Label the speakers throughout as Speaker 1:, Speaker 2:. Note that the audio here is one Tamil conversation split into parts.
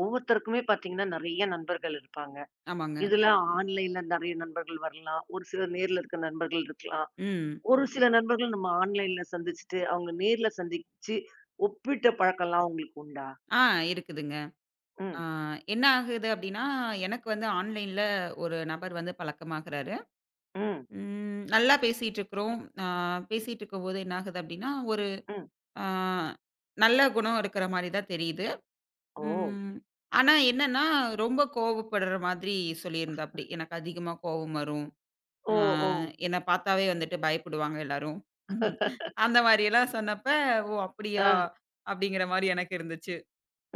Speaker 1: ஒவ்வொருத்தருக்குமே பார்த்தீங்கன்னா, நெறைய நண்பர்கள் இருப்பாங்க.
Speaker 2: ஆமாங்க.
Speaker 1: இதுல ஆமா. ஆன்லைன்ல நெறைய நண்பர்கள் வரலாம். ஒரு சிலர் நேர்ல இருக்க நண்பர்கள் இருக்கலாம்.
Speaker 2: ம்.
Speaker 1: ஒரு சில நண்பர்கள் நம்ம ஆன்லைன்ல சந்திச்சுட்டு, அவங்க நேர்ல சந்திச்சு ஒப்பிட்ட பழக்கம்லாம் உங்களுக்கு உண்டா?
Speaker 2: ஆ இருக்குதுங்க. ஆ
Speaker 1: ம்,
Speaker 2: என்ன ஆகுது அப்டின்னா, எனக்கு வந்து ஆன்லைன்ல ஒரு நபர் வந்து பழக்கமாகுறாரு.
Speaker 1: ம்,
Speaker 2: ம் நல்லா பேசிட்டு இருக்கிறோம். ஆ பேசிட்டு இருக்கும்போது என்ன ஆகுது அப்டின்னா, ஒரு
Speaker 1: ம்.
Speaker 2: ஆ நல்ல குணம் இருக்கிற மாரி தான் தெரியுது.
Speaker 1: ஓ!
Speaker 2: ம். ஆனா என்னன்னா, ரொம்ப கோவப்படுற மாதிரி சொல்லியிருந்தாப்டி. எனக்கு அதிகமா கோவம் வரும்.
Speaker 1: ஓ!
Speaker 2: ஆ
Speaker 1: ஓ!
Speaker 2: என்ன பார்த்தாவே வந்துட்டு பயப்படுவாங்க எல்லாரும். அந்த மாரியெல்லாம் சொன்னப்ப, "ஓ! அப்படியா?"
Speaker 1: ஆ.
Speaker 2: அப்படிங்கிற மாரி எனக்கு இருந்துச்சு.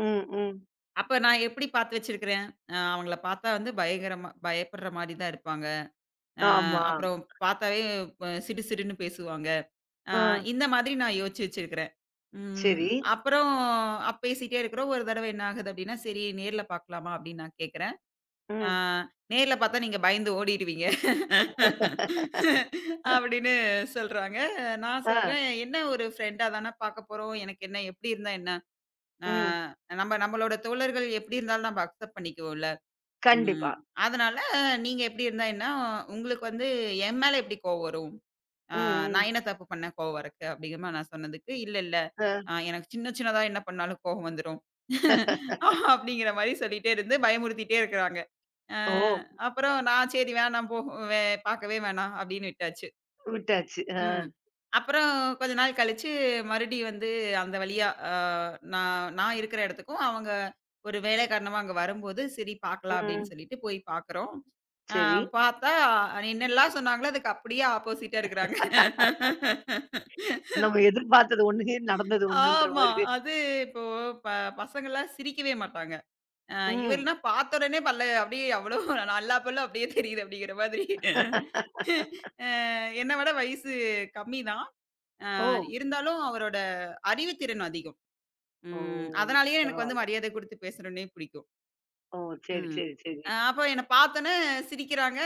Speaker 1: ம், ம்.
Speaker 2: அப்ப நான் எப்படி பார்த்து வச்சிருக்கிறேன்? அவங்கள பார்த்தா வந்து பயங்கரமா பயப்படுற மாரி தான் இருப்பாங்க. அ
Speaker 1: ஆமா.
Speaker 2: அப்புறம் பார்த்தாவே சிடு சிடுன்னு பேசுவாங்க. அ
Speaker 1: ஆ.
Speaker 2: இந்த மாதிரி நான் யோசிச்சு வச்சிருக்கிறேன். ம்
Speaker 1: சரி.
Speaker 2: அப்புறம் பேசிட்டே இருக்கிறோம். ஒரு தடவ என்ன ஆகுது அப்படின்னா, சரி நேர்ல பார்க்கலாமா அப்படின்னு நான் கேட்கிறேன். அ
Speaker 1: ம்.
Speaker 2: நேர்ல பார்த்தா நீங்க பயந்து ஓடிடுவீங்க. அப்படின்னு சொல்றாங்க. நான்
Speaker 1: ஆ.
Speaker 2: சொல்றேன், "என்ன ஒரு ஃப்ரெண்டா தான பார்க்க போறோம். எனக்கு என்ன எப்படி இருந்தா என்ன?" ஆ
Speaker 1: ம்.
Speaker 2: நம்மளோட தோழர்கள் எப்படி இருந்தாலும் நம்ம அக்செப்ட் பண்ணிக்குவோம்ல. ம்.
Speaker 1: கண்டிப்பா.
Speaker 2: அதனால நீங்க எப்படி இருந்தா என்ன, உங்களுக்கு வந்து என் மேல எப்படி கோவம் வரும்? ஆ
Speaker 1: ம், ம்.
Speaker 2: நான் என்ன தப்பு பண்ணேன் கோவம் வரக்கு? அப்படிங்கிற மாரி நான் சொன்னதுக்கு, இல்ல இல்ல
Speaker 1: ஆ.
Speaker 2: எனக்கு சின்ன சின்னதா என்ன பண்ணாலும் கோவம் வந்துரும். அப்படிங்கிற மாரி சொல்லிட்டே இருந்து பயமுறுத்திட்டே இருக்கிறாங்க. அ
Speaker 1: ஓ!
Speaker 2: அப்புறம் நான் சரி வேணாம் போ, வே பார்க்கவே வேணாம் அப்படின்னு விட்டாச்சு.
Speaker 1: விட்டாச்சு. ஆ.
Speaker 2: ம். அப்புறம் கொஞ்ச நாள் கழிச்சு மறுபடியும் வந்து அந்த வழியா நான் நான் இருக்கிற இடத்துக்கும் அவங்க ஒரு வேலை காரணமா அங்க வரும்போது, சரி பார்க்கலாம் அப்படின்னு
Speaker 1: ம்.
Speaker 2: சொல்லிட்டு போய் பார்க்குறோம். அ
Speaker 1: சரி.
Speaker 2: பார்த்தா என்னெல்லாம் சொன்னாங்களோ அதுக்கு அப்படியே ஆப்போசிட்டா இருக்கிறாங்க.
Speaker 1: நம்ம எதிர்பார்த்தது ஒண்ணு, நடந்தது ஒண்ணுன்ற
Speaker 2: ஆமா.
Speaker 1: மாரி.
Speaker 2: அது இப்போ ப பசங்கலாம் சிரிக்கவே மாட்டாங்க. அ
Speaker 1: ம்.
Speaker 2: இவர்னா பார்த்த உடனே பல்ல அப்படியே அவ்வளோ நல்லா பல்லு அப்படியே தெரியுது அப்படிங்கிற மாதிரி. அ என்ன விட வயசு கம்மி தான்.
Speaker 1: ஓ!
Speaker 2: இருந்தாலும் அவரோட அறிவுத்திறன் அதிகம்.
Speaker 1: ஓ!
Speaker 2: ம். அதனாலேயே எனக்கு வந்து
Speaker 1: பரவால்ல.
Speaker 2: மரியாதை குடுத்து பேசுறவனே பிடிக்கும்.
Speaker 1: ஓ! சரி,
Speaker 2: ம்.
Speaker 1: சரி, சரி.
Speaker 2: அப்ப என்ன பார்த்தோனே சிரிக்கிறாங்க.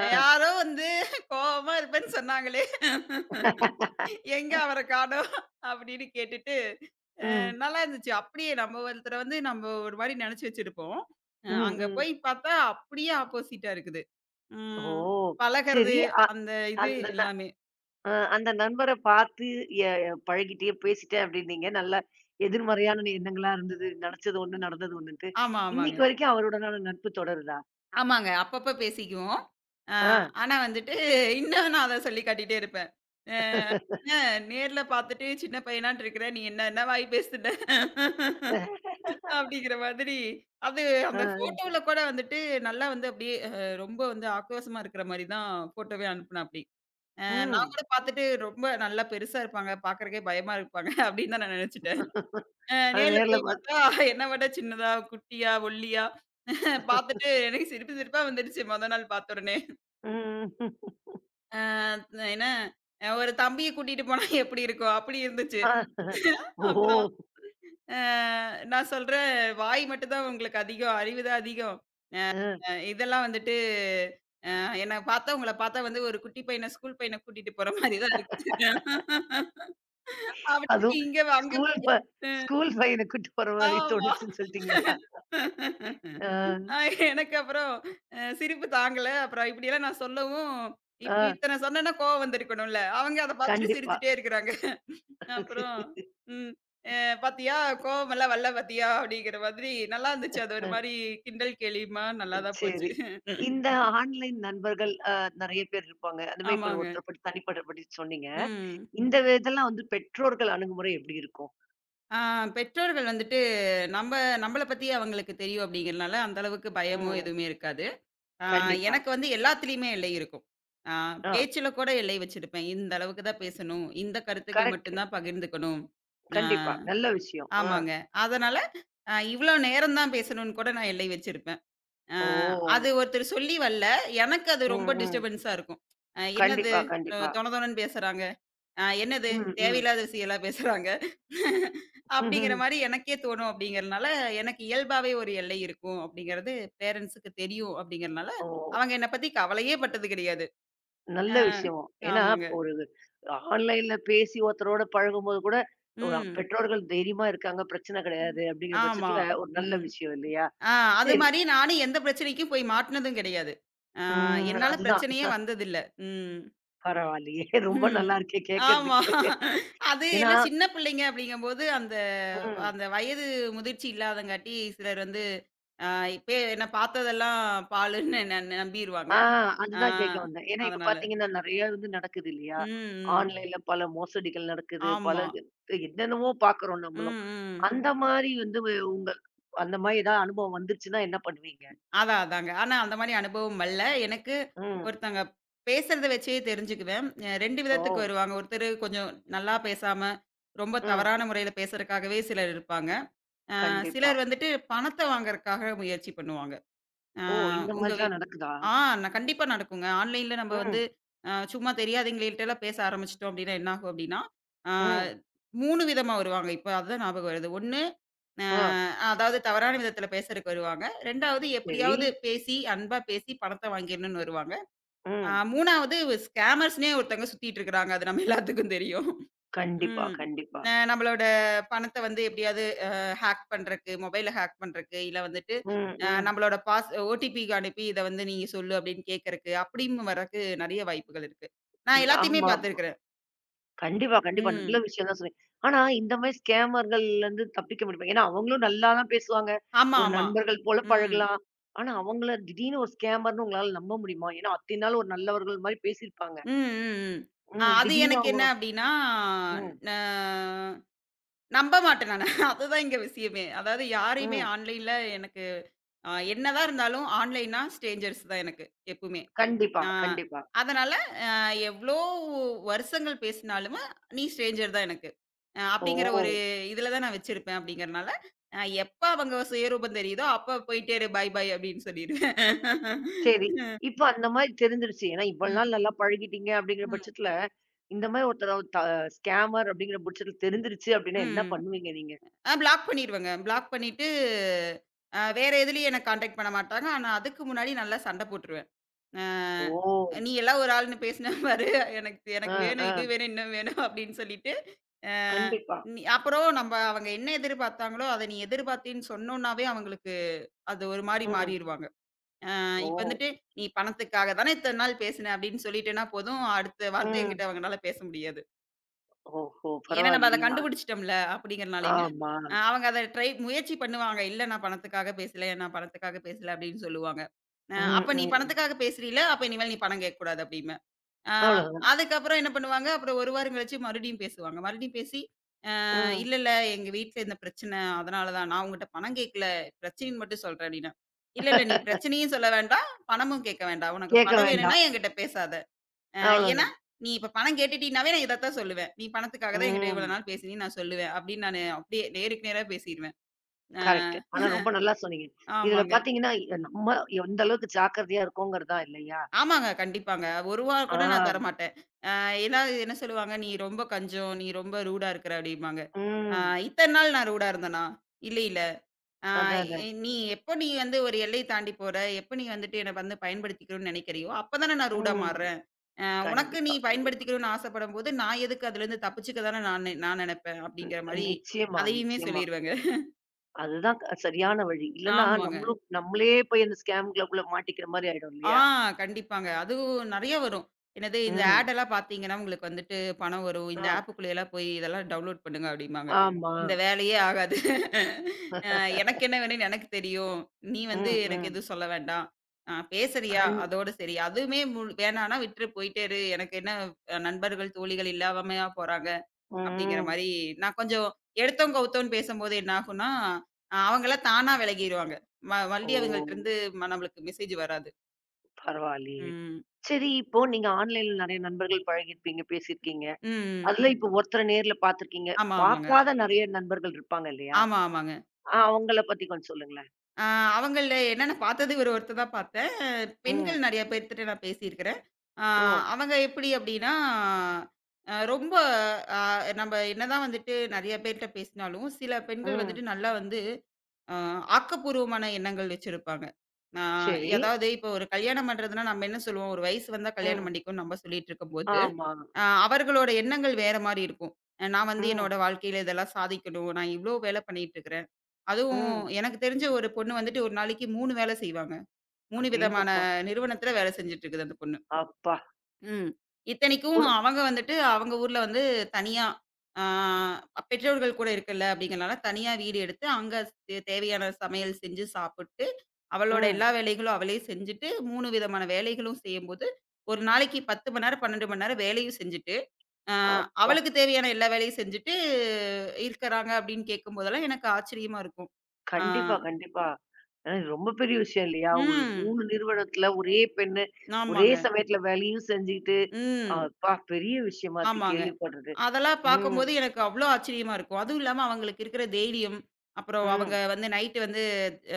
Speaker 1: ஆ.
Speaker 2: யாரோ வந்து கோவமா இருப்பேன்னு சொன்னாங்களே. எங்க அவர காணோம் அப்படின்னு கேட்டுட்டு, அ
Speaker 1: ம்.
Speaker 2: நல்லா இருந்துச்சு. அப்படியே நம்ம ஒருத்தர வந்து நம்ம ஒரு மாரி நெனச்சு வச்சிருப்போம்.
Speaker 1: ம்,
Speaker 2: அங்க
Speaker 1: ம்.
Speaker 2: போய் பார்த்தா அப்படியே ஆப்போசிட்டா இருக்குது.
Speaker 1: ஓ!
Speaker 2: ம். பழகுறது
Speaker 1: சரி.
Speaker 2: அந்த இது
Speaker 1: அந்த ந
Speaker 2: எல்லாமே.
Speaker 1: அ அந்த நண்பர பார்த்து எ பழகிட்டேன், பேசிட்டேன் அப்டின்னீங்க. நல்ல எதிர்மறையான எண்ணங்களா இருந்தது. நெனச்சது ஒண்ணு, நடந்தது ஒண்ணுன்ட்டு.
Speaker 2: ஆமா, ஆமாங்க.
Speaker 1: இன்னைக்கு வரைக்கும் அவருடனான நட்பு தொடருதா?
Speaker 2: ஆமாங்க. அப்பப்ப பேசிக்குவோம். அ
Speaker 1: ஆ.
Speaker 2: ஆனா வந்துட்டு இன்னும் நான் அத சொல்லி காட்டிட்டே இருப்பேன். அ "என்ன நேர்ல பார்த்துட்டு சின்ன பையனாட்டு இருக்கிற, நீ என்ன என்ன வாய் பேசுன?" அப்படிங்கிற மாதிரி. அது
Speaker 1: ஆ.
Speaker 2: அந்த ஃபோட்டோல கூட வந்துட்டு நல்லா வந்து அப்படியே ரொம்ப வந்து ஆக்ரோஷமா இருக்கிற மாரி தான் ஃபோட்டோவே அனுப்புனாப்படி. அ நான்
Speaker 1: ம்.
Speaker 2: கூட பார்த்துட்டு ரொம்ப நல்லா பெருசா இருப்பாங்க, பார்க்கறக்கே பயமா இருப்பாங்க அப்படின்னு தான் நான் நெனச்சுட்டேன்.
Speaker 1: அத
Speaker 2: நேர்ல
Speaker 1: நேர்ல
Speaker 2: போய்
Speaker 1: பாத்
Speaker 2: பார்த்தா என்ன விட சின்னதா, குட்டியா, ஒல்லியா பார்த்துட்டு எனக்கு சிரிப்பு சிரிப்பா வந்துடுச்சு மொத நாள் பார்த்த உடனே.
Speaker 1: ம்.
Speaker 2: ஆ என்ன ஒரு தம்பிய கூட்டிட்டு போனா எப்படி இருக்கும்? அப்படி இருந்துச்சு.
Speaker 1: ஆ. ஓஹோ!
Speaker 2: அப்புறம் அ நான் சொல்றேன், "வாய் மட்டும் தான் உங்களுக்கு அதிகம். அறிவு தான் அதிகம்.
Speaker 1: அ.
Speaker 2: இதெல்லாம் வந்துட்டு அ என்ன பார்த்தா உங்கள பார்த்தா வந்து ஒரு குட்டி பையன, ஸ்கூல் பையன கூட்டிட்டு போற மாரி தான் இருக்கு." அப்படின்னு
Speaker 1: அதுவும்
Speaker 2: இங்க அங்க
Speaker 1: ஸ்கூல் ப ஸ்கூல் பையன கூட்டு போற மாரி
Speaker 2: ஆமா.
Speaker 1: தோணுச்சுன்னு சொல்ட்டீங்களா? ஆ,
Speaker 2: அ எனக்கு அப்புறம் சிரிப்பு தாங்கல. அப்புறம் இப்படியெல்லாம் நான் சொல்லவும், இப்ப
Speaker 1: ஆ.
Speaker 2: இத்தன சொன்னேன்னா கோவம் வந்திருக்கணும்ல. அவங்க அத பார்த்துட்டு
Speaker 1: கண்டிப்பா.
Speaker 2: சிரிச்சுட்டே இருக்கிறாங்க. அப்புறம், ம். அ "பாத்தியா கோவமெல்லாம் வரல பாத்தியா?" அப்படிங்கிற மாதிரி நல்லா இருந்துச்சு. அது ஒரு
Speaker 1: அ,
Speaker 2: மாரி கிண்டல் கேலியுமா நல்லா தான் போச்சு.
Speaker 1: சரி. இந்த ஆன்லைன் நண்பர்கள் அ நெறைய பேர் இருப்பாங்க. அந்த மாரி இப்ப
Speaker 2: ஆமாங்க.
Speaker 1: ஒருத்தர பத்தி தனிப்பட்ட பத்தி சொன்னீங்க.
Speaker 2: ம்.
Speaker 1: இந்த இதெல்லாம் வந்து பெற்றோர்கள் அணுகுமுறை எப்படி இருக்கும்?
Speaker 2: ஆ பெற்றோர்கள் வந்துட்டு நம்ப நம்பள பத்தி அவங்களுக்கு தெரியும் அப்படிங்கிறனால, அந்த அளவுக்கு பயமோ
Speaker 1: ம்.
Speaker 2: எதுவுமே இருக்காது. ஆ
Speaker 1: கண்டிப்பா.
Speaker 2: எனக்கு வந்து எல்லாத்துலயுமே எல்லை இருக்கும். ஆ
Speaker 1: ஆ.
Speaker 2: பேச்சுல கூட எல்லை வச்சிருப்பேன். இந்த அளவுக்கு தான் பேசணும். இந்த கருத்துக்கள்
Speaker 1: கரெக்ட்.
Speaker 2: மட்டும் தான் பகிர்ந்துக்கணும். ஆ
Speaker 1: கண்டிப்பா. நல்ல விஷயம். ஆ.
Speaker 2: ஆமாங்க. அதனால இவ்வளோ நேரம் தான் பேசணும்னு கூட நான் எல்லை வச்சிருப்பேன். அ
Speaker 1: ஓ!
Speaker 2: அது ஒருத்தர் சொல்லி வரல. எனக்கு அது
Speaker 1: ம்,
Speaker 2: ரொம்ப
Speaker 1: ம்.
Speaker 2: டிஸ்டர்பன்ஸா இருக்கும். என்னது
Speaker 1: கண்டிப்பா, கண்டிப்பா.
Speaker 2: தொண தொணன்னு பேசுறாங்க. என்னது
Speaker 1: ம், ம்.
Speaker 2: தேவையில்லாத விஷயம்லாம் பேசுறாங்க. அப்படிங்கிற
Speaker 1: ம்ஹ்ம்.
Speaker 2: மாரி எனக்கே தோணும் அப்படிங்கிறனால, எனக்கு இயல்பாவே ஒரு எல்லை இருக்கும் அப்படிங்கிறது பேரண்ட்ஸுக்கு தெரியும் அப்படிங்கிறனால,
Speaker 1: ஓ!
Speaker 2: அவங்க என்ன பத்தி கவலையே பட்டது கிடையாது.
Speaker 1: நல்ல
Speaker 2: அ
Speaker 1: விஷயம். ஏன்னா,
Speaker 2: ஆமாங்க.
Speaker 1: ஒரு ஆன்லைன்ல பேசி ஒருத்தரோட பழகும்போது கூட, ஒரு
Speaker 2: ம்.
Speaker 1: பெற்றோர்கள் தைரியமா இருக்காங்க. பிரச்சனை
Speaker 2: ம்.
Speaker 1: கிடையாது அப்படிங்கிற
Speaker 2: ஆமா.
Speaker 1: பட்சத்துல ஒரு நல்ல
Speaker 2: ம்.
Speaker 1: விஷயம் இல்லையா?
Speaker 2: ஆ அது
Speaker 1: சரி.
Speaker 2: மாரி நானும் எந்த பிரச்சனைக்கும் போய் மாட்டுனதும் கிடையாது. அ
Speaker 1: ம்.
Speaker 2: என்னால
Speaker 1: அதுதான்.
Speaker 2: பிரச்சனையே வந்ததில்ல. ம்.
Speaker 1: பரவாயில்லையே! ரொம்ப
Speaker 2: ம்.
Speaker 1: நல்லா இருக்கே
Speaker 2: ஆமா.
Speaker 1: கேட்கறதுக்கே.
Speaker 2: அது
Speaker 1: ஏன்னா
Speaker 2: எல்லாம் சின்ன பிள்ளைங்க அப்படிங்கும்போது, அந்த
Speaker 1: ம்.
Speaker 2: அந்த வயது முதிர்ச்சி இல்லாதங்காட்டி, சிலர் வந்து அ இப்பயே என்ன பார்த்ததெல்லாம் பாலுன்னு ந ந- நம்பிருவாங்க.
Speaker 1: ஆ
Speaker 2: ஆ
Speaker 1: அதுதான் கேட்க வந்தேன். ஏன்னா இப்ப
Speaker 2: அதனால.
Speaker 1: பார்த்தீங்கன்னா, நெறைய வந்து நடக்குது இல்லையா?
Speaker 2: ம், ம்.
Speaker 1: ஆன்லைன்ல பல மோசடிகள் நடக்குது. பல
Speaker 2: ஆமா.
Speaker 1: என்னென்னவோ பார்க்குறோம்
Speaker 2: ம்,
Speaker 1: நம்மளும்.
Speaker 2: ம்.
Speaker 1: அந்த மாரி வந்து உங்க அந்த மாரி ஏதாவது அனுபவம் வந்துருச்சுன்னா என்ன பண்ணுவீங்க?
Speaker 2: அதான், அதாங்க. ஆனா அந்த மாரி அனுபவம் வல்ல. எனக்கு
Speaker 1: ம்.
Speaker 2: ஒருத்தங்க பேசுறத வச்சே தெரிஞ்சுக்குவேன். 2
Speaker 1: ஓ!
Speaker 2: விதத்துக்கு வருவாங்க. ஒருத்தரு கொஞ்சம் நல்லா பேசாம, ரொம்ப
Speaker 1: ம்.
Speaker 2: தவறான முறையில பேசுறதுக்காகவே சிலர் இருப்பாங்க.
Speaker 1: கண்டிப்பா.
Speaker 2: சிலர் வந்துட்டு பணத்த வாங்குறதுக்காக முயற்சி பண்ணுவாங்க. ஆ
Speaker 1: ஓ! இந்த
Speaker 2: உங்க
Speaker 1: மாதிரிலாம்
Speaker 2: வீட்
Speaker 1: நடக்குதா?
Speaker 2: ஆ நான் கண்டிப்பா நடக்குங்க. ஆன்லைன்ல நம்ம
Speaker 1: ம்,
Speaker 2: வந்து சும்மா தெரியாதவங்கள்ட்டலாம் பேச ஆரம்பிச்சுட்டோம் அப்டின்னா என்ன ஆகும் அப்டின்னா, ஆ
Speaker 1: ம்.
Speaker 2: 3 விதமா வருவாங்க. இப்ப அதுதான் ஞாபகம் வருது. 1 அ
Speaker 1: ஆ,
Speaker 2: அதாவது தவறான விதத்தில பேசுறதுக்கு வருவாங்க. 2வது
Speaker 1: சரி.
Speaker 2: எப்படியாவது பேசி அன்பா பேசி பணத்த வாங்கிரணும்னு வருவாங்க.
Speaker 1: ம்.
Speaker 2: 3வது ஸ்கேமர்ஸ்ன்னே ஒருத்தவங்க சுத்திட்டு இருக்கிறாங்க. அது நம்ம எல்லாத்துக்கும் தெரியும்.
Speaker 1: கண்டிப்பா,
Speaker 2: ம்.
Speaker 1: கண்டிப்பா.
Speaker 2: நம்மளோட பணத்த வந்து எப்படியாவது ஹேக் பண்றக்கு, மொபைல ஹேக் பண்றக்கு, இல்ல வந்துட்டு
Speaker 1: ம், ம்.
Speaker 2: நம்மளோட பாஸ் ஓடிபிக்கு அனுப்பி இத வந்து நீங்க சொல்லு அப்படின்னு கேட்கறக்கு, அப்படின்னு வர்றக்கு நெறைய வாய்ப்புகள் இருக்கு. நான்
Speaker 1: ம்.
Speaker 2: எல்லாத்தையுமே
Speaker 1: ஆமா.
Speaker 2: பார்த்துருக்கிறேன்.
Speaker 1: கண்டிப்பா, கண்டிப்பா. நல்ல
Speaker 2: ம்.
Speaker 1: விஷயம் தான் சொன்னீங்க. ஆனா இந்த மாதிரி ஸ்கேமர்கள்லருந்து தப்பிக்க முடியுமா? ஏன்னா அவங்களும் நல்லா தான் பேசுவாங்க.
Speaker 2: ஆமா,
Speaker 1: ஒரு
Speaker 2: ஆமா.
Speaker 1: நண்பர்கள் போல
Speaker 2: ம்.
Speaker 1: பழகலாம். ஆனா அவங்கள திடீர்னு ஒரு ஸ்கேமர்ன்னு உங்களால நம்ப முடியுமா? ஏன்னா அத்தனை நாள் ஒரு நல்லவர்கள் மாரி பேசியிருப்பாங்க.
Speaker 2: ம், ம், ம்.
Speaker 1: ம்.
Speaker 2: அது
Speaker 1: திடீர்னு
Speaker 2: எனக்கு
Speaker 1: அவங்க
Speaker 2: என்ன அப்படின்னா,
Speaker 1: ம்,
Speaker 2: ந நம்ப மாட்டேன் நானு. அதுதான் இங்க விஷயமே. அதாவது யாரையுமே
Speaker 1: ம்.
Speaker 2: ஆன்லைன்ல எனக்கு என்னதான் இருந்தாலும் ஆன்லைன்னா ஸ்ட்ரேஞ்சர்ஸ் தான் எனக்கு எப்பவுமே.
Speaker 1: கண்டிப்பா,
Speaker 2: ஆ.
Speaker 1: கண்டிப்பா.
Speaker 2: அதனால அ எவ்ளோ வருஷங்கள் பேசினாலுமு, "நீ ஸ்ட்ரேஞ்சர் தான் எனக்கு." அப்படிங்கிற ஒரு
Speaker 1: ஓ!
Speaker 2: இதில தான் நான் வச்சிருப்பேன் அப்படிங்கிறனால, எப்ப அவங்க சுயரூபம் தெரியுதோ, அப்ப போயிட்டே இரு பை பை அப்படின்னு சொல்லிருவேன்.
Speaker 1: சரி. இப்ப அந்த மாரி தெரிஞ்சிருச்சு. ஏன்னா, இவ்வளவு
Speaker 2: ம்,
Speaker 1: நாள் நல்லா பழகிட்டீங்க அப்படிங்கிற
Speaker 2: ம்,
Speaker 1: பட்சத்துல, இந்த மாரி ஒருத்தர த ஸ்கேமர் அப்படிங்கிற பட்சத்துல தெரிஞ்சிருச்சு அப்படின்னா என்ன
Speaker 2: ம்.
Speaker 1: பண்ணுவீங்க நீங்க?
Speaker 2: பிளாக் பண்ணிருவேங்க. பிளாக் பண்ணிட்டு, வேற எதிலயும் என்ன கான்டாக்ட் பண்ண மாட்டாங்க. ஆனா அதுக்கு முன்னாடி நல்லா சண்டை போட்டுருவேன். அ
Speaker 1: ஓ!
Speaker 2: "நீ எல்லாம் ஒரு ஆள்ன்னு பேசின பாரு. எனக்கு
Speaker 1: ஆ,
Speaker 2: எனக்கு வேணும்,
Speaker 1: ஆ.
Speaker 2: இது வேணும், இன்னும் வேணும்" அப்படின்னு சொல்லிட்டு, அ
Speaker 1: கண்டிப்பா.
Speaker 2: நீ அப்புறம் நம்ம அவங்க என்ன எதிர்பார்த்தாங்களோ, அத நீ எதிர்பார்த்தேன்னு சொன்னோம்னாவே அவங்களுக்கு அது ஒரு மாரி
Speaker 1: ம்.
Speaker 2: மாறிருவாங்க.
Speaker 1: ஓ!
Speaker 2: இப்ப வந்துட்டு, "நீ பணத்துக்காக தானே இத்தன நாள் பேசின" அப்படின்னு சொல்லிட்டேன்னா போதும், அடுத்த வார்த்தை
Speaker 1: ம்.
Speaker 2: என்கிட்ட அவங்கனால பேச முடியாது.
Speaker 1: ஓஹோ!
Speaker 2: ஏன்னா நம்ம அத
Speaker 1: பரவாயில்லையே.
Speaker 2: கண்டுபிடிச்சுட்டோம்ல அப்படிங்கிறனாலயுமே,
Speaker 1: ஆமா.
Speaker 2: அவங்க அத ட்ரை முயற்சி பண்ணுவாங்க. "இல்ல நான் பணத்துக்காக பேசல, நான் பணத்துக்காக பேசல" அப்படின்னு சொல்லுவாங்க.
Speaker 1: ம், ம்,
Speaker 2: "அப்ப நீ
Speaker 1: ம்.
Speaker 2: பணத்துக்காக பேசுறீல, அப்ப இனிமேல் நீ பணம் கேட்கக்கூடாது" அப்படிம்பாங்க. ஆ
Speaker 1: அவ்வளவுதான்.
Speaker 2: அதுக்கப்புறம் என்ன பண்ணுவாங்க, அப்புறம் 1 வாரம் கழிச்சு மறுபடியும் பேசுவாங்க. மறுபடியும் பேசி,
Speaker 1: ம்.
Speaker 2: இல்ல, இல்ல எங்க வீட்ல இந்த பிரச்சனை. அதனால தான். நான் உன்கிட்ட பணம் கேட்கல. பிரச்சனைன்னு மட்டும் சொல்றேன்" அப்படின்னா, "இல்ல, இல்ல நீ பிரச்சனையும் சொல்ல வேண்டாம். பணமும் கேட்க வேண்டாம். உனக்கு
Speaker 1: கேட்க
Speaker 2: பணம் வேணும்னா
Speaker 1: வேண்டாம்.
Speaker 2: என்கிட்ட பேசாத. அ ஏன்னா,
Speaker 1: அவ்வளவுதான்.
Speaker 2: நீ இப்ப பணம் கேட்டுட்டீனாவே நான் இதத்தான் சொல்லுவேன். நீ பணத்துக்காக தான் என்கிட்ட
Speaker 1: ம்.
Speaker 2: இவ்வளோ நாள் பேசினீன்னு நான் சொல்லுவேன்" அப்படின்னு நானு அப்படியே நேருக்கு நேரா பேசிருவேன். அ
Speaker 1: கரெக்ட். ஆனா ரொம்ப நல்லா சொன்னீங்க. இதுல
Speaker 2: ஆமாங்க.
Speaker 1: பாத்தீங்கன்னா, நம்ம எந்த அளவுக்கு ஜாக்கிரதையா இருக்கோங்கிறது தான் இல்லையா?
Speaker 2: ஆமாங்க. கண்டிப்பாங்க. 1 ரூவா
Speaker 1: ஆ.
Speaker 2: கூட நான் தரமாட்டேன். எல்லாரும் என்ன சொல்லுவாங்க, "நீ ரொம்ப கஞ்சம். நீ ரொம்ப ரூடா இருக்கிற" அப்படிம்பாங்க. அ
Speaker 1: ம்.
Speaker 2: இத்தன நாள் நான் ரூடா இருந்தனா? இல்ல, இல்ல. அ
Speaker 1: அதானே.
Speaker 2: "நீ எப்போ நீ வந்து ஒரு எல்லைய தாண்டி போற, எப்போ நீ வந்துட்டு என்ன வந்து பயன்படுத்திக்கணும்னு நெனைக்கிறியோ, அப்ப தானே நான் ரூடா
Speaker 1: ம்.
Speaker 2: மாறுறேன். அ உனக்கு நீ
Speaker 1: கண்டிப்பா, கண்டிப்பா.
Speaker 2: பயன்படுத்திக்கணும்னு ஆசைப்படும்போது, நான் எதுக்கு அதுலேருந்து தப்பிச்சுக்க தானே நான் நான் நெனைப்பேன்." அப்படிங்கிற
Speaker 1: ம்.
Speaker 2: மாரி
Speaker 1: நிச்சயமா,
Speaker 2: அதையுமே
Speaker 1: நிச்சயமா.
Speaker 2: சொல்லிருவேங்க.
Speaker 1: அதுதான் சரியான வழி. இல்லன்னா
Speaker 2: ஆமாங்க.
Speaker 1: நம்மளும் நம்மளே போய் அந்த ஸ்கேம்குள்ளக்குள்ள மாட்டிக்கிற மாரி ஆயிடும்
Speaker 2: ஆ
Speaker 1: இல்லையா?
Speaker 2: கண்டிப்பாங்க. அதுவும் நெறைய வரும். என்னது இந்த
Speaker 1: ம்.
Speaker 2: ஆட் எல்லாம் பார்த்தீங்கன்னா, உங்களுக்கு வந்துட்டு பணம் வரும். இந்த
Speaker 1: ஆ.
Speaker 2: ஆப்புக்குள்ளேயெல்லாம் போய் இதெல்லாம் டவுன்லோட் பண்ணுங்க அப்டிம்பாங்க.
Speaker 1: ஆமா.
Speaker 2: இந்த வேலையே ஆகாது. அ எனக்கு என்ன வேணும்னு எனக்கு தெரியும். நீ வந்து
Speaker 1: ம்,
Speaker 2: எனக்கு
Speaker 1: ம்.
Speaker 2: எதுவும் சொல்ல வேண்டாம். பேசுறியா?
Speaker 1: கண்
Speaker 2: அதோட சரி. அதுவுமே முழு வேணான்னா விட்டுரு போயிட்டே இரு. எனக்கு என்ன நண்பர்கள், தோழிகள் இல்லாமயா போறாங்க அப்டிங்கிற
Speaker 1: ம்.
Speaker 2: மாரி நான் கொஞ்சம் எடுத்தோம், கவுத்தோம்ன்னு பேசும்போது என்ன ஆகும்னா, அவங்களா தானா விலகிருவாங்க.
Speaker 1: ஓ!
Speaker 2: மறுபடியும் அவங்கள்ட்டருந்து நம்மளுக்கு மெசேஜ் வராது.
Speaker 1: பரவாயில்லையே.
Speaker 2: ம்.
Speaker 1: சரி, இப்போ நீங்க ஆன்லைன்ல நெறைய நண்பர்கள் பழகியிருப்பீங்க, பேசியிருக்கீங்க.
Speaker 2: ம்.
Speaker 1: அதுல இப்போ ஒருத்தர நேர்ல பார்த்துருக்கீங்க.
Speaker 2: ஆமா, ஆமாங்க.
Speaker 1: பார்க்காத நெறைய நண்பர்கள் இருப்பாங்க இல்லையா?
Speaker 2: ஆமா, ஆமாங்க.
Speaker 1: அவங்கள பத்தி கொஞ்சம் சொல்லுங்களேன்.
Speaker 2: அ அவங்கள்ல என்னன்னா பார்த்தது ஒரு ஒருத்தர் தான் பார்த்தேன்.
Speaker 1: ம்.
Speaker 2: பெண்கள் நெறைய பேர்த்துட்ட நான் பேசியிருக்கிறேன். அ
Speaker 1: ஓ!
Speaker 2: அவங்க எப்படி அப்படின்னா, அ ரொம்ப அ நம்ம என்னதான் வந்துட்டு நெறைய பேர்ட்ட பேசினாலும், சில பெண்கள்
Speaker 1: ம்.
Speaker 2: வந்துட்டு நல்லா வந்து அ ஆக்கப்பூர்வமான எண்ணங்கள் வச்சிருப்பாங்க. நான்
Speaker 1: சரி.
Speaker 2: அதாவது இப்போ ஒரு கல்யாணம் பண்றதுன்னா நம்ம என்ன சொல்லுவோம், ஒரு வயசு வந்தா கல்யாணம்
Speaker 1: ம்.
Speaker 2: பண்ணிக்கோன்னு நம்ம சொல்லிட்டு இருக்கும்போது
Speaker 1: ஆமா.
Speaker 2: அவர்களோட எண்ணங்கள் வேற மாரி இருக்கும். நான் வந்து
Speaker 1: ம்.
Speaker 2: என்னோட வாழ்க்கையில இதெல்லாம் சாதிக்கணும். நான் இவ்ளோ வேலை பண்ணிட்டு இருக்கிறேன். அதுவும்
Speaker 1: ம்.
Speaker 2: எனக்கு தெரிஞ்ச ஒரு பொண்ணு வந்துட்டு ஒரு நாளைக்கு 3 வேலை செய்வாங்க. 3 விதமான
Speaker 1: அடேங்கப்பா!
Speaker 2: நிறுவனத்தில வேலை செஞ்சுட்டு இருக்குது அந்த பொண்ணு.
Speaker 1: அப்பா!
Speaker 2: ம். இத்தனைக்கும்
Speaker 1: குடு
Speaker 2: அவங்க வந்துட்டு அவங்க ஊர்ல வந்து தனியா ஆ பெற்றோர்கள் கூட இருக்குல்ல அப்படிங்கிறனால தனியா வீடு எடுத்து அங்க தேவையான சமையல் செஞ்சு சாப்பிட்டு, அவளோட
Speaker 1: ம்.
Speaker 2: எல்லா வேலைகளும் அவளே செஞ்சுட்டு 3 விதமான வேலைகளும் செய்யும்போது, ஒரு நாளைக்கு 10 மணி நேரம், 12 மணி நேரம் வேலையும் செஞ்சுட்டு அ
Speaker 1: அப்பா!
Speaker 2: அவளுக்கு தேவையான எல்லா வேலையும் செஞ்சுட்டு இருக்கிறாங்க அப்படின்னு கேட்கும்போதெல்லாம் எனக்கு ஆச்சரியமா இருக்கும். ஆ.
Speaker 1: கண்டிப்பா, கண்டிப்பா. ஏன்னா இது ரொம்ப பெரிய விஷயம் இல்லையா? ஒரு
Speaker 2: ம்.
Speaker 1: 3 நிறுவனத்துல ஒரே பெண்ணு, ஒரே
Speaker 2: ஆமாங்க.
Speaker 1: சமயத்துல வேலையும் செஞ்சுக்கிட்டு,
Speaker 2: ம்.
Speaker 1: அப்பா! பெரிய விஷயமா இருக்கு
Speaker 2: ஆமாங்க.
Speaker 1: கேள்விப்படுறது.
Speaker 2: அதெல்லாம்
Speaker 1: ம்,
Speaker 2: பார்க்கும்போது எனக்கு அவ்ளோ ஆச்சரியமா இருக்கும். அதுவும் இல்லாம அவங்களுக்கு இருக்கிற தைரியம், அப்புறம் அவங்க
Speaker 1: ம்.
Speaker 2: வந்து நைட்டு வந்து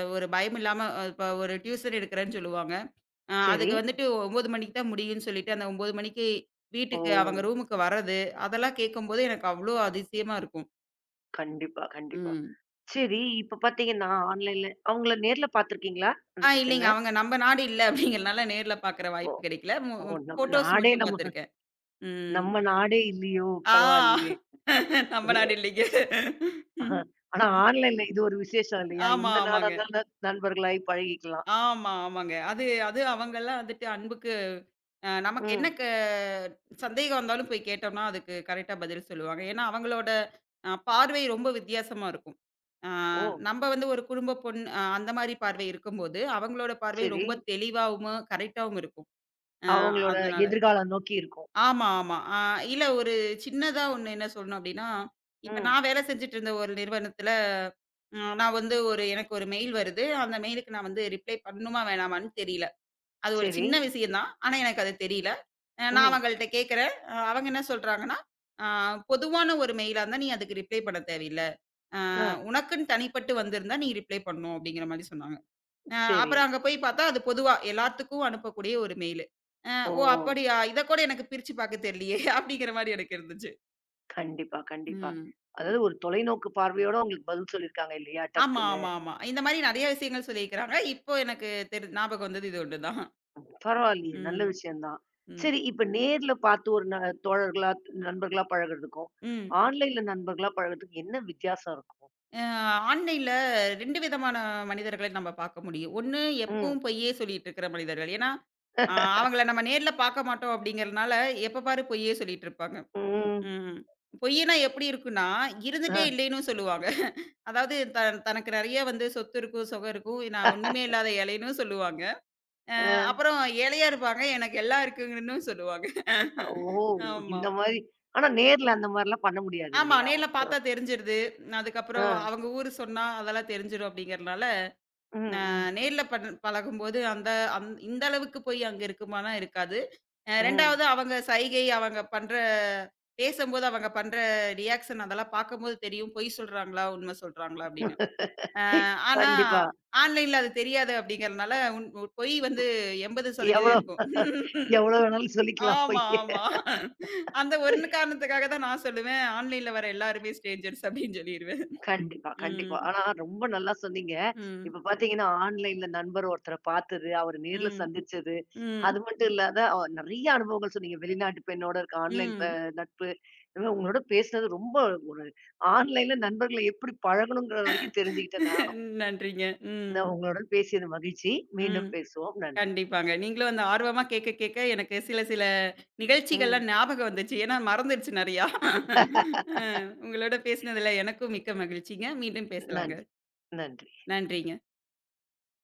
Speaker 2: ஒரு பயம் இல்லாம இப்ப ஒரு டியூஷன் எடுக்கிறேன்னு சொல்லுவாங்க.
Speaker 1: சரி.
Speaker 2: அதுக்கு வந்துட்டு 9 மணிக்கு தான் முடியும்னு சொல்லிட்டு அந்த 9 மணிக்கு
Speaker 1: ஓ!
Speaker 2: வீட்டுக்கு அவங்க ரூமுக்கு வர்றது, அதெல்லாம் கேட்கும்போது எனக்கு அவ்ளோ அதிசயமா இருக்கும்.
Speaker 1: கண்டிப்பா, கண்டிப்பா.
Speaker 2: ம்.
Speaker 1: சரி, இப்ப பாத்தீங்கன்னா ஆன்லைன்ல அவங்கள நேர்ல பாத்துருக்கீங்களா? அந்த
Speaker 2: இல்லைங்க.
Speaker 1: பெண்ண?
Speaker 2: அவங்க நம்ம நாடு இல்ல அப்படிங்கிறனால நேர்ல பார்க்குற
Speaker 1: ஓ!
Speaker 2: வாய்ப்பு கிடைக்கல.
Speaker 1: ஓ! நம்ம
Speaker 2: ஃபோட்டோஸ்
Speaker 1: நாடே
Speaker 2: மட்டும்
Speaker 1: நம்ம
Speaker 2: பார்த்துருக்கேன். ம்.
Speaker 1: நம்ம நாடே இல்லையோ!
Speaker 2: ஆ
Speaker 1: பரவாயில்லையே!
Speaker 2: நம்ம நாடு இல்லைங்க.
Speaker 1: ஆஹா.
Speaker 2: ம்.
Speaker 1: ஆனா
Speaker 2: ம்.
Speaker 1: ஆன்லைன்ல இது ஒரு விசேஷம் இல்லையா?
Speaker 2: ஆமா,
Speaker 1: எந்த நாடா
Speaker 2: ஆமாங்க.
Speaker 1: இருந்தாலும் ந- நண்பர்களாய் பழகிக்கலாம்.
Speaker 2: ஆமா, ஆமாங்க. அது அது அவங்கலாம் வந்துட்டு அன்புக்கு நமக்கு என்ன
Speaker 1: ம்.
Speaker 2: சந்தேகம் வந்தாலும் போய் கேட்டோம்னா, அதுக்கு கரெக்ட்டா பதில் சொல்லுவாங்க. ஏன்னா, அவங்களோட பார்வை ரொம்ப வித்தியாசமா இருக்கும். ஆ
Speaker 1: ஓ!
Speaker 2: நம்ம வந்து ஒரு குடும்ப பொண் அ அந்த மாரி பார்வை இருக்கும்போது, அவங்களோட பார்வை
Speaker 1: சரி.
Speaker 2: ரொம்ப தெளிவாவும், கரெக்ட்டாவும் இருக்கும். ஆ
Speaker 1: அவங்களோட
Speaker 2: அதனால
Speaker 1: எதிர்காலம் நோக்கி இருக்கும்.
Speaker 2: ஆமா, ஆமா. இல்ல ஒரு சின்னதா ஒண்ணு என்ன சொல்லணும் அப்டின்னா, இப்ப
Speaker 1: ம்.
Speaker 2: நான் வேலை செஞ்சுட்டு இருந்த ஒரு நிறுவனத்துல, நான் வந்து ஒரு எனக்கு ஒரு மெயில் வருது. அந்த மெயிலுக்கு நான் வந்து ரிப்ளை பண்ணணுமா வேணாமான்னு தெரியல. அது ஒரு
Speaker 1: சரி.
Speaker 2: சின்ன விஷயம் தான். ஆனா எனக்கு அது தெரியல. நான்
Speaker 1: ம்.
Speaker 2: அவங்கள்ட்ட கேட்கிறேன். அவங்க என்ன சொல்றாங்கன்னா, "ஆ பொதுவான ஒரு மெயிலா இருந்தா நீ அதுக்கு ரிப்ளை பண்ண தேவையில்ல. ஆ
Speaker 1: ஆ
Speaker 2: உனக்குன்னு தனிப்பட்டு வந்திருந்தா நீ ரிப்ளை பண்ணணும்" அப்டிங்கிற மாரி சொன்னாங்க.
Speaker 1: சரி.
Speaker 2: அப்புறம் அங்க போய் பார்த்தா, அது பொதுவா எல்லாத்துக்கும் அனுப்பக்கூடிய ஒரு மெயிலு. அ
Speaker 1: ஓ!
Speaker 2: "ஓ! அப்படியா? இத கூட எனக்கு பிரிச்சு பார்க்க தெரியலையே!" அப்படிங்கிற மாரி எனக்கு இருந்துச்சு.
Speaker 1: கண்டிப்பா, கண்டிப்பா.
Speaker 2: ம்.
Speaker 1: அதாவது ஒரு தொலைநோக்கு பார்வையோட உங்களுக்கு பதில் சொல்லியிருக்காங்க இல்லையா?
Speaker 2: ஆமா,
Speaker 1: டக்குன்னு.
Speaker 2: ஆமா, ஆமா. இந்த மாரி நெறைய விஷயங்கள் சொல்லியிருக்கிறாங்க. இப்போ எனக்கு ஞாபகம் வந்தது இது ஒண்ணு தான்.
Speaker 1: பரவாயில்லையே! நல்ல
Speaker 2: ம்,
Speaker 1: விஷயம் தான்.
Speaker 2: ம்,
Speaker 1: சரி இப்ப நேர்ல பார்த்து ஒரு ந தோழர்களா, நண்பர்களா பழகுறதுக்கும்,
Speaker 2: ம்.
Speaker 1: ஆன்லைன்ல நண்பர்களா பழகுறதுக்கும் என்ன வித்தியாசம் இருக்கும்?
Speaker 2: அ ஆன்லைன்ல 2 விதமான மனிதர்களை நம்ம பார்க்க முடியும். ஒண்ணு
Speaker 1: ம்.
Speaker 2: எப்பவும் பொய்யே சொல்லிட்டு இருக்கிற மனிதர்கள். ஏன்னா, அவங்கள நம்ம நேர்ல பார்க்க மாட்டோம் அப்படிங்கிறதுனால, எப்ப பாரு பொய்யே சொல்லிட்டு இருப்பாங்க.
Speaker 1: ம்.
Speaker 2: ம். பொய்யினா எப்படி இருக்கும்னா,
Speaker 1: அ,
Speaker 2: இருந்துட்டே இல்லைன்னும் சொல்லுவாங்க. அதாவது தனக்கு நெறைய வந்து சொத்து இருக்கும், சுகம் இருக்கும். நான் ஒண்ணுமே இல்லாத ஏழைன்னும் சொல்லுவாங்க. அ
Speaker 1: அ.
Speaker 2: அப்புறம் ஏழையா இருப்பாங்க. எனக்கு எல்லாம் இருக்குங்கன்னும் சொல்லுவாங்க.
Speaker 1: ஓ!
Speaker 2: ஆமா.
Speaker 1: இந்த மாரி ஆனா நேர்ல அந்த மாரிலாம் பண்ண முடியாது
Speaker 2: ஆமா.
Speaker 1: இல்லையா?
Speaker 2: நேர்ல
Speaker 1: ஒருத்தர
Speaker 2: பார்த்தா தெரிஞ்சிருது.
Speaker 1: ஆ.
Speaker 2: அதுக்கப்புறம் அவங்க ஊரு சொன்னா அதெல்லாம் தெரிஞ்சிரும் அப்படிங்கிறனால, ந
Speaker 1: ம், ம்,
Speaker 2: நேர்ல பழகும்போது அந்த இந்த அளவுக்கு போய் அங்க இருக்குமானா இருக்காது.
Speaker 1: ம்.
Speaker 2: 2வது அவங்க சைகை, அவங்க பண்ற பேசம்போது அவங்க பண்ற ரியாக்ஷன் அதெல்லாம் பார்க்கும்போது தெரியும். பொய் சொல்றாங்களா? உண்மை சொல்றாங்களா? அப்படின்னு. ஆனா,
Speaker 1: கண்டிப்பா.
Speaker 2: ஆன்லைன்ல அது தெரியாது அப்படிங்கிறனால, பொய் வந்து 80%
Speaker 1: எவ்வளோ
Speaker 2: இருக்கும்.
Speaker 1: எவ்வளோ வேணாலும் சொல்லிக்கலாம் போயி.
Speaker 2: ஆமா, ஆமா. அந்த ஒரு காரணத்துக்காக தான் நான் சொல்லுவேன், ஆன்லைன்ல வர எல்லாருமே ஸ்ட்ரேஞ்சர்ஸ் அப்படின்னு சொல்லிருவேன்.
Speaker 1: கண்டிப்பா, கண்டிப்பா.
Speaker 2: ம்,
Speaker 1: ஆனா ரொம்ப நல்லா சொன்னீங்க.
Speaker 2: ம்,
Speaker 1: இப்ப பார்த்தீங்கன்னா, ஆன்லைன்ல நண்பர் ஒருத்தர பார்த்தது, அவர நேர்ல
Speaker 2: ம்,
Speaker 1: சந்திச்சது,
Speaker 2: ம்,
Speaker 1: அது மட்டும் இல்லாத அ நெறைய அனுபவங்கள் சொன்னீங்க. வெளிநாட்டு பெண்ணோட இருக்க ஆன்லைன் ப
Speaker 2: ம்.
Speaker 1: நட்பு. உங்களோட பேசினது ரொம்ப ஒரு ஆன்லைன்ல நண்பர்கள எப்படி பழகணுங்கிற வரைக்கும் தெரிஞ்சுக்கிட்டேன் நானும்.
Speaker 2: நன்றிங்க. ம்,
Speaker 1: நான் உங்களுடன் பேசியது மகிழ்ச்சி.
Speaker 2: ம்.
Speaker 1: மீண்டும் பேசுவோம். நன்றி.
Speaker 2: கண்டிப்பாங்க. நீங்களும் அந்த ஆர்வமா கேட்க கேட்க எனக்கு சில சில
Speaker 1: ம்.
Speaker 2: நிகழ்ச்சிகள்லாம் ஞாபகம் வந்துச்சு. ஏன்னா மறந்துருச்சு நெறையா. அ உங்களோட பேசினதுல எனக்கும் மிக்க மகிழ்ச்சிங்க. மீண்டும் பேசலாங்க.
Speaker 1: நன்றி. நன்றி.
Speaker 2: நன்றிங்க.